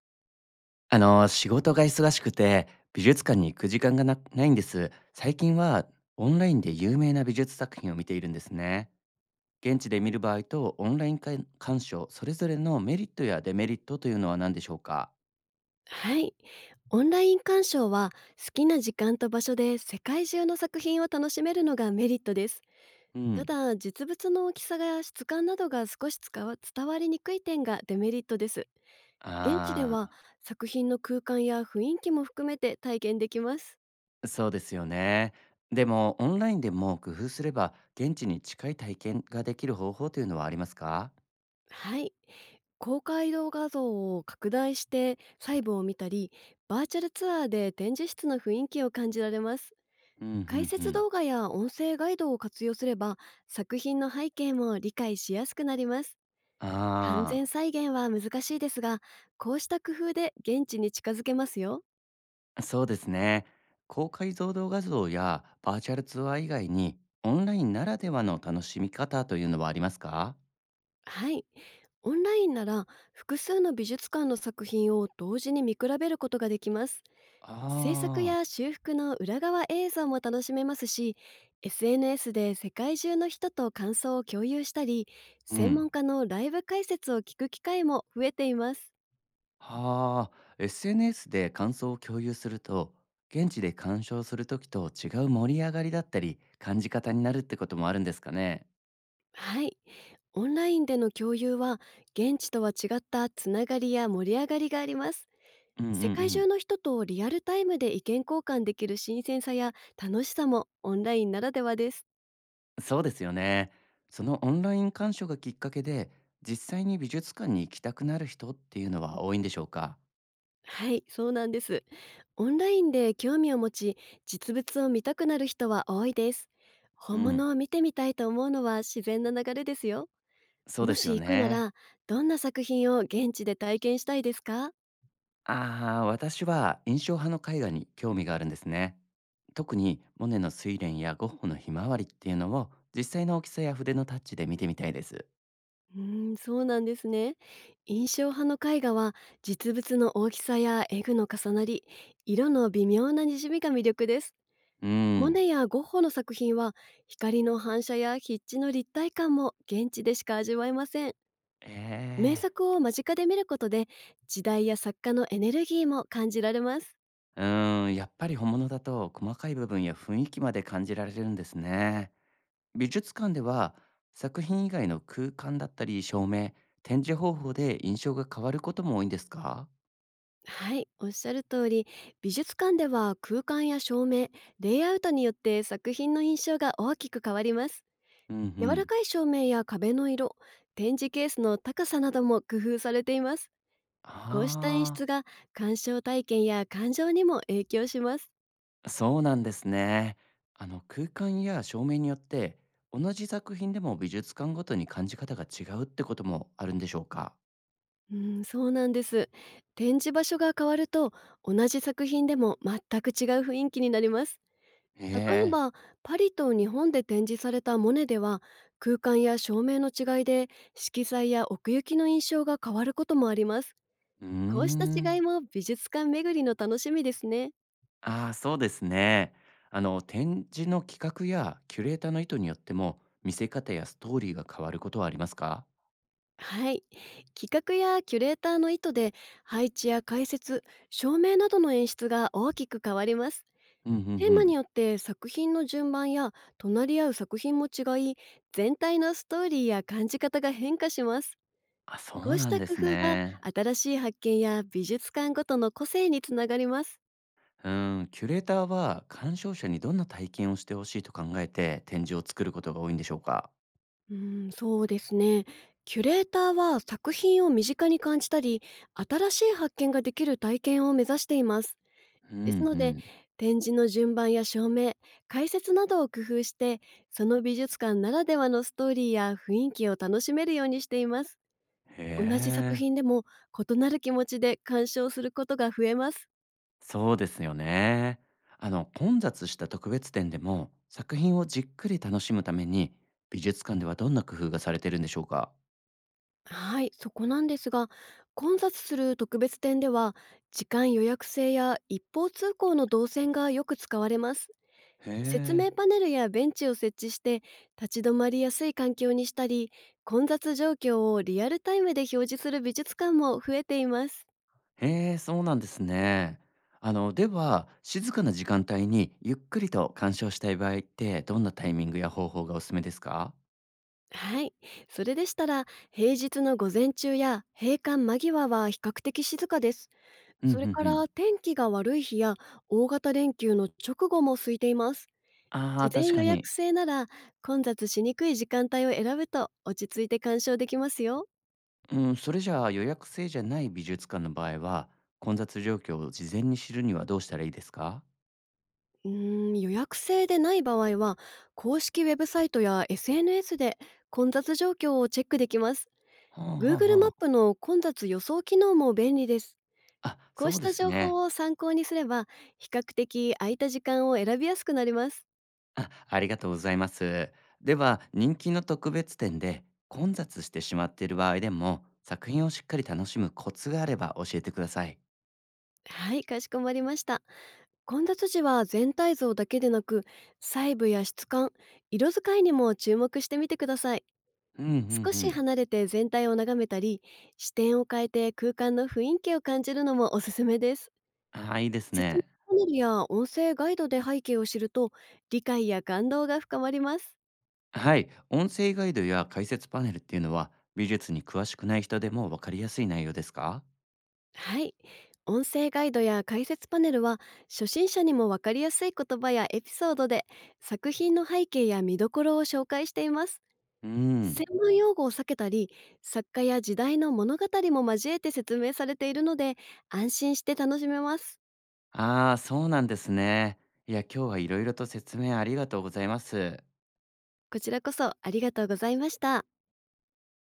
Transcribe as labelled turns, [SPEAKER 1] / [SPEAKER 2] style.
[SPEAKER 1] 仕事が忙しくて、美術館に行く時間がなないんです。最近はオンラインで有名な美術作品を見ているんですね。現地で見る場合とオンライン鑑鑑賞、それぞれのメリットやデメリットというのは何でしょうか。
[SPEAKER 2] はい。オンライン鑑賞は好きな時間と場所で世界中の作品を楽しめるのがメリットです。
[SPEAKER 1] う
[SPEAKER 2] た
[SPEAKER 1] ん。
[SPEAKER 2] だ、実物の大きさや質感などが少し使わ伝わりにくい点がデメリットです。現地で
[SPEAKER 1] あ
[SPEAKER 2] は作品の空間や雰囲気も含めて体験できます。
[SPEAKER 1] あ、そうですよね。でも、オンラインでも工夫すれば、現地に近い体験ができる方法というのはありますか。
[SPEAKER 2] はい。公開動画像を拡大して細部を見たり、バーチャルツアーで展示室の雰囲気を感じられます。
[SPEAKER 1] うんう
[SPEAKER 2] 解
[SPEAKER 1] んう
[SPEAKER 2] 説
[SPEAKER 1] ん。
[SPEAKER 2] 動画や音声ガイドを活用すれば作品の背景も理解しやすくなります。完
[SPEAKER 1] あ
[SPEAKER 2] 全
[SPEAKER 1] あ。
[SPEAKER 2] 再現は難しいですが、こうした工夫で現地に近づけますよ。
[SPEAKER 1] そうですね。高解像度画像やバーチャルツアー以外に、オンラインならではの楽しみ方というのはありますか。
[SPEAKER 2] はい、オンラインなら複数の美術館の作品を同時に見比べることができます。制作
[SPEAKER 1] あ
[SPEAKER 2] や修復の裏側映像も楽しめますし、 SNS で世界中の人と感想を共有したり、
[SPEAKER 1] あー、う
[SPEAKER 2] 専
[SPEAKER 1] ん。
[SPEAKER 2] 門家のライブ解説を聞く機会も増えています。
[SPEAKER 1] はあ、SNS で感想を共有すると、現地で鑑賞するときと違う盛り上がりだったり、感じ方になるってこともあるんですかね。
[SPEAKER 2] はい、オンラインでの共有は現地とは違ったつながりや盛り上がりがあります。
[SPEAKER 1] うんうんう
[SPEAKER 2] 世界中
[SPEAKER 1] ん。
[SPEAKER 2] の人とリアルタイムで意見交換できる新鮮さや楽しさもオンラインならではです。
[SPEAKER 1] そうですよね。そのオンライン鑑賞がきっかけで、実際に美術館に行きたくなる人っていうのは多いんでしょうか。
[SPEAKER 2] はい、そうなんです。オンラインで興味を持ち、実物を見たくなる人は多いです。
[SPEAKER 1] う
[SPEAKER 2] 本
[SPEAKER 1] ん。
[SPEAKER 2] 物を見てみたいと思うのは自然な流れですよ。
[SPEAKER 1] そうで
[SPEAKER 2] も
[SPEAKER 1] す
[SPEAKER 2] し
[SPEAKER 1] よ
[SPEAKER 2] 行くな
[SPEAKER 1] ね。
[SPEAKER 2] ら、どんな作品を現地で体験したいですか？
[SPEAKER 1] ああ、私は印象派の絵画に興味があるんですね。特にモネの睡蓮やゴッホのひまわりっていうのを実際の大きさや筆のタッチで見てみたいです。
[SPEAKER 2] そうなんですね。印象派の絵画は実物の大きさや絵具の重なり、色の微妙なにじみが魅力です。
[SPEAKER 1] うー
[SPEAKER 2] モ
[SPEAKER 1] ん。
[SPEAKER 2] ネやゴッホの作品は光の反射や筆致の立体感も現地でしか味わえません。名
[SPEAKER 1] ええ。
[SPEAKER 2] 作を間近で見ることで時代や作家のエネルギーも感じられます。
[SPEAKER 1] うーん、やっぱり本物だと細かい部分や雰囲気まで感じられるんですね。美術館では作品以外の空間だったり照明、展示方法で印象が変わることも多いんですか。
[SPEAKER 2] はい、おっしゃる通り、美術館では空間や照明、レイアウトによって作品の印象が大きく変わります。
[SPEAKER 1] うんう
[SPEAKER 2] 柔ら
[SPEAKER 1] ん。
[SPEAKER 2] かい照明や壁の色、展示ケースの高さなども工夫されています。こうした演
[SPEAKER 1] あ
[SPEAKER 2] 出
[SPEAKER 1] あ。
[SPEAKER 2] が鑑賞体験や感情にも影響します。
[SPEAKER 1] そうなんですね。あの空間や照明によって同じ作品でも美術館ごとに感じ方が違うってこともあるんでしょうか。
[SPEAKER 2] うん、そうなんです。展示場所が変わると、同じ作品でも全く違う雰囲気になります。
[SPEAKER 1] へ
[SPEAKER 2] 例え
[SPEAKER 1] え。
[SPEAKER 2] ば、パリと日本で展示されたモネでは、空間や照明の違いで色彩や奥行きの印象が変わることもあります。
[SPEAKER 1] うー
[SPEAKER 2] こうした違
[SPEAKER 1] ん。
[SPEAKER 2] いも美術館巡りの楽しみですね。
[SPEAKER 1] ああ、そうですね。あの展示の企画やキュレーターの意図によっても見せ方やストーリーが変わることはありますか。
[SPEAKER 2] はい。企画やキュレーターの意図で配置や解説、照明などの演出が大きく変わります。
[SPEAKER 1] うんうんう
[SPEAKER 2] テーマに
[SPEAKER 1] ん。
[SPEAKER 2] よって作品の順番や隣り合う作品も違い、全体のストーリーや感じ方が変化します。
[SPEAKER 1] あ、そ
[SPEAKER 2] こ
[SPEAKER 1] う
[SPEAKER 2] うし
[SPEAKER 1] なん
[SPEAKER 2] た
[SPEAKER 1] で
[SPEAKER 2] 工
[SPEAKER 1] す
[SPEAKER 2] 夫が
[SPEAKER 1] ね。
[SPEAKER 2] 新しい発見や美術館ごとの個性につながります。
[SPEAKER 1] うん、キュレーターは鑑賞者にどんな体験をしてほしいと考えて展示を作ることが多いんでしょうか。
[SPEAKER 2] そうですね。キュレーターは作品を身近に感じたり、新しい発見ができる体験を目指しています。
[SPEAKER 1] うんう
[SPEAKER 2] ですので、
[SPEAKER 1] ん。
[SPEAKER 2] 展示の順番や照明、解説などを工夫して、その美術館ならではのストーリーや雰囲気を楽しめるようにしています。
[SPEAKER 1] へ
[SPEAKER 2] 同じ作
[SPEAKER 1] え。
[SPEAKER 2] 品でも異なる気持ちで鑑賞することが増えます。
[SPEAKER 1] そうですよね。あの混雑した特別展でも作品をじっくり楽しむために美術館ではどんな工夫がされてるんでしょうか。
[SPEAKER 2] はい、そこなんですが、混雑する特別展では、時間予約制や一方通行の動線がよく使われます。
[SPEAKER 1] へ
[SPEAKER 2] 説明パネルやベンチを設置して立ち止まりやすい環境にしたり、混雑状況をリアルタイムで表示する美術館も増えています。
[SPEAKER 1] え、へえ、そうなんですね。あのでは静かな時間帯にゆっくりと鑑賞したい場合ってどんなタイミングや方法がおすすめですか。
[SPEAKER 2] はい、それでしたら平日の午前中や閉館間際は比較的静かです。
[SPEAKER 1] うんうん
[SPEAKER 2] それか
[SPEAKER 1] うん。
[SPEAKER 2] ら天気が悪い日や大型連休の直後も空いています。
[SPEAKER 1] あ
[SPEAKER 2] 事
[SPEAKER 1] あ、確
[SPEAKER 2] 前予
[SPEAKER 1] か
[SPEAKER 2] 約
[SPEAKER 1] に。
[SPEAKER 2] 制なら混雑しにくい時間帯を選ぶと落ち着いて鑑賞できますよ。
[SPEAKER 1] うん、それじゃあ予約制じゃない美術館の場合は混雑状況を事前に知るにはどうしたらいいですか。
[SPEAKER 2] 予約制でない場合は、公式ウェブサイトや SNS で混雑状況をチェックできます。
[SPEAKER 1] はあはあ
[SPEAKER 2] Google
[SPEAKER 1] は
[SPEAKER 2] マ
[SPEAKER 1] あ。
[SPEAKER 2] ップの混雑予想機能も便利です。
[SPEAKER 1] あ、
[SPEAKER 2] こう
[SPEAKER 1] そ
[SPEAKER 2] し
[SPEAKER 1] うで
[SPEAKER 2] た
[SPEAKER 1] す
[SPEAKER 2] 情
[SPEAKER 1] ね。
[SPEAKER 2] 報を参考にすれば、比較的空いた時間を選びやすくなります。
[SPEAKER 1] あ、ありがとうございます。では、人気の特別展で混雑してしまっている場合でも、作品をしっかり楽しむコツがあれば教えてください。
[SPEAKER 2] はい、かしこまりました。混雑時は全体像だけでなく、細部や質感、色使いにも注目してみてください。
[SPEAKER 1] うんうんう
[SPEAKER 2] 少し
[SPEAKER 1] ん。
[SPEAKER 2] 離れて全体を眺めたり、視点を変えて空間の雰囲気を感じるのもおすすめです。
[SPEAKER 1] ああ、いいです
[SPEAKER 2] 説明
[SPEAKER 1] ね。
[SPEAKER 2] パネルや音声ガイドで背景を知ると理解や感動が深まります。
[SPEAKER 1] はい。音声ガイドや解説パネルっていうのは、美術に詳しくない人でもわかりやすい内容ですか。
[SPEAKER 2] はい。音声ガイドや解説パネルは初心者にもわかりやすい言葉やエピソードで作品の背景や見どころを紹介しています。
[SPEAKER 1] うん。
[SPEAKER 2] 専門用語を避けたり作家や時代の物語も交えて説明されているので安心して楽しめます。
[SPEAKER 1] ああ、そうなんですね。いや、今日はいろいろと説明ありがとうございます。
[SPEAKER 2] こちらこそありがとうございました。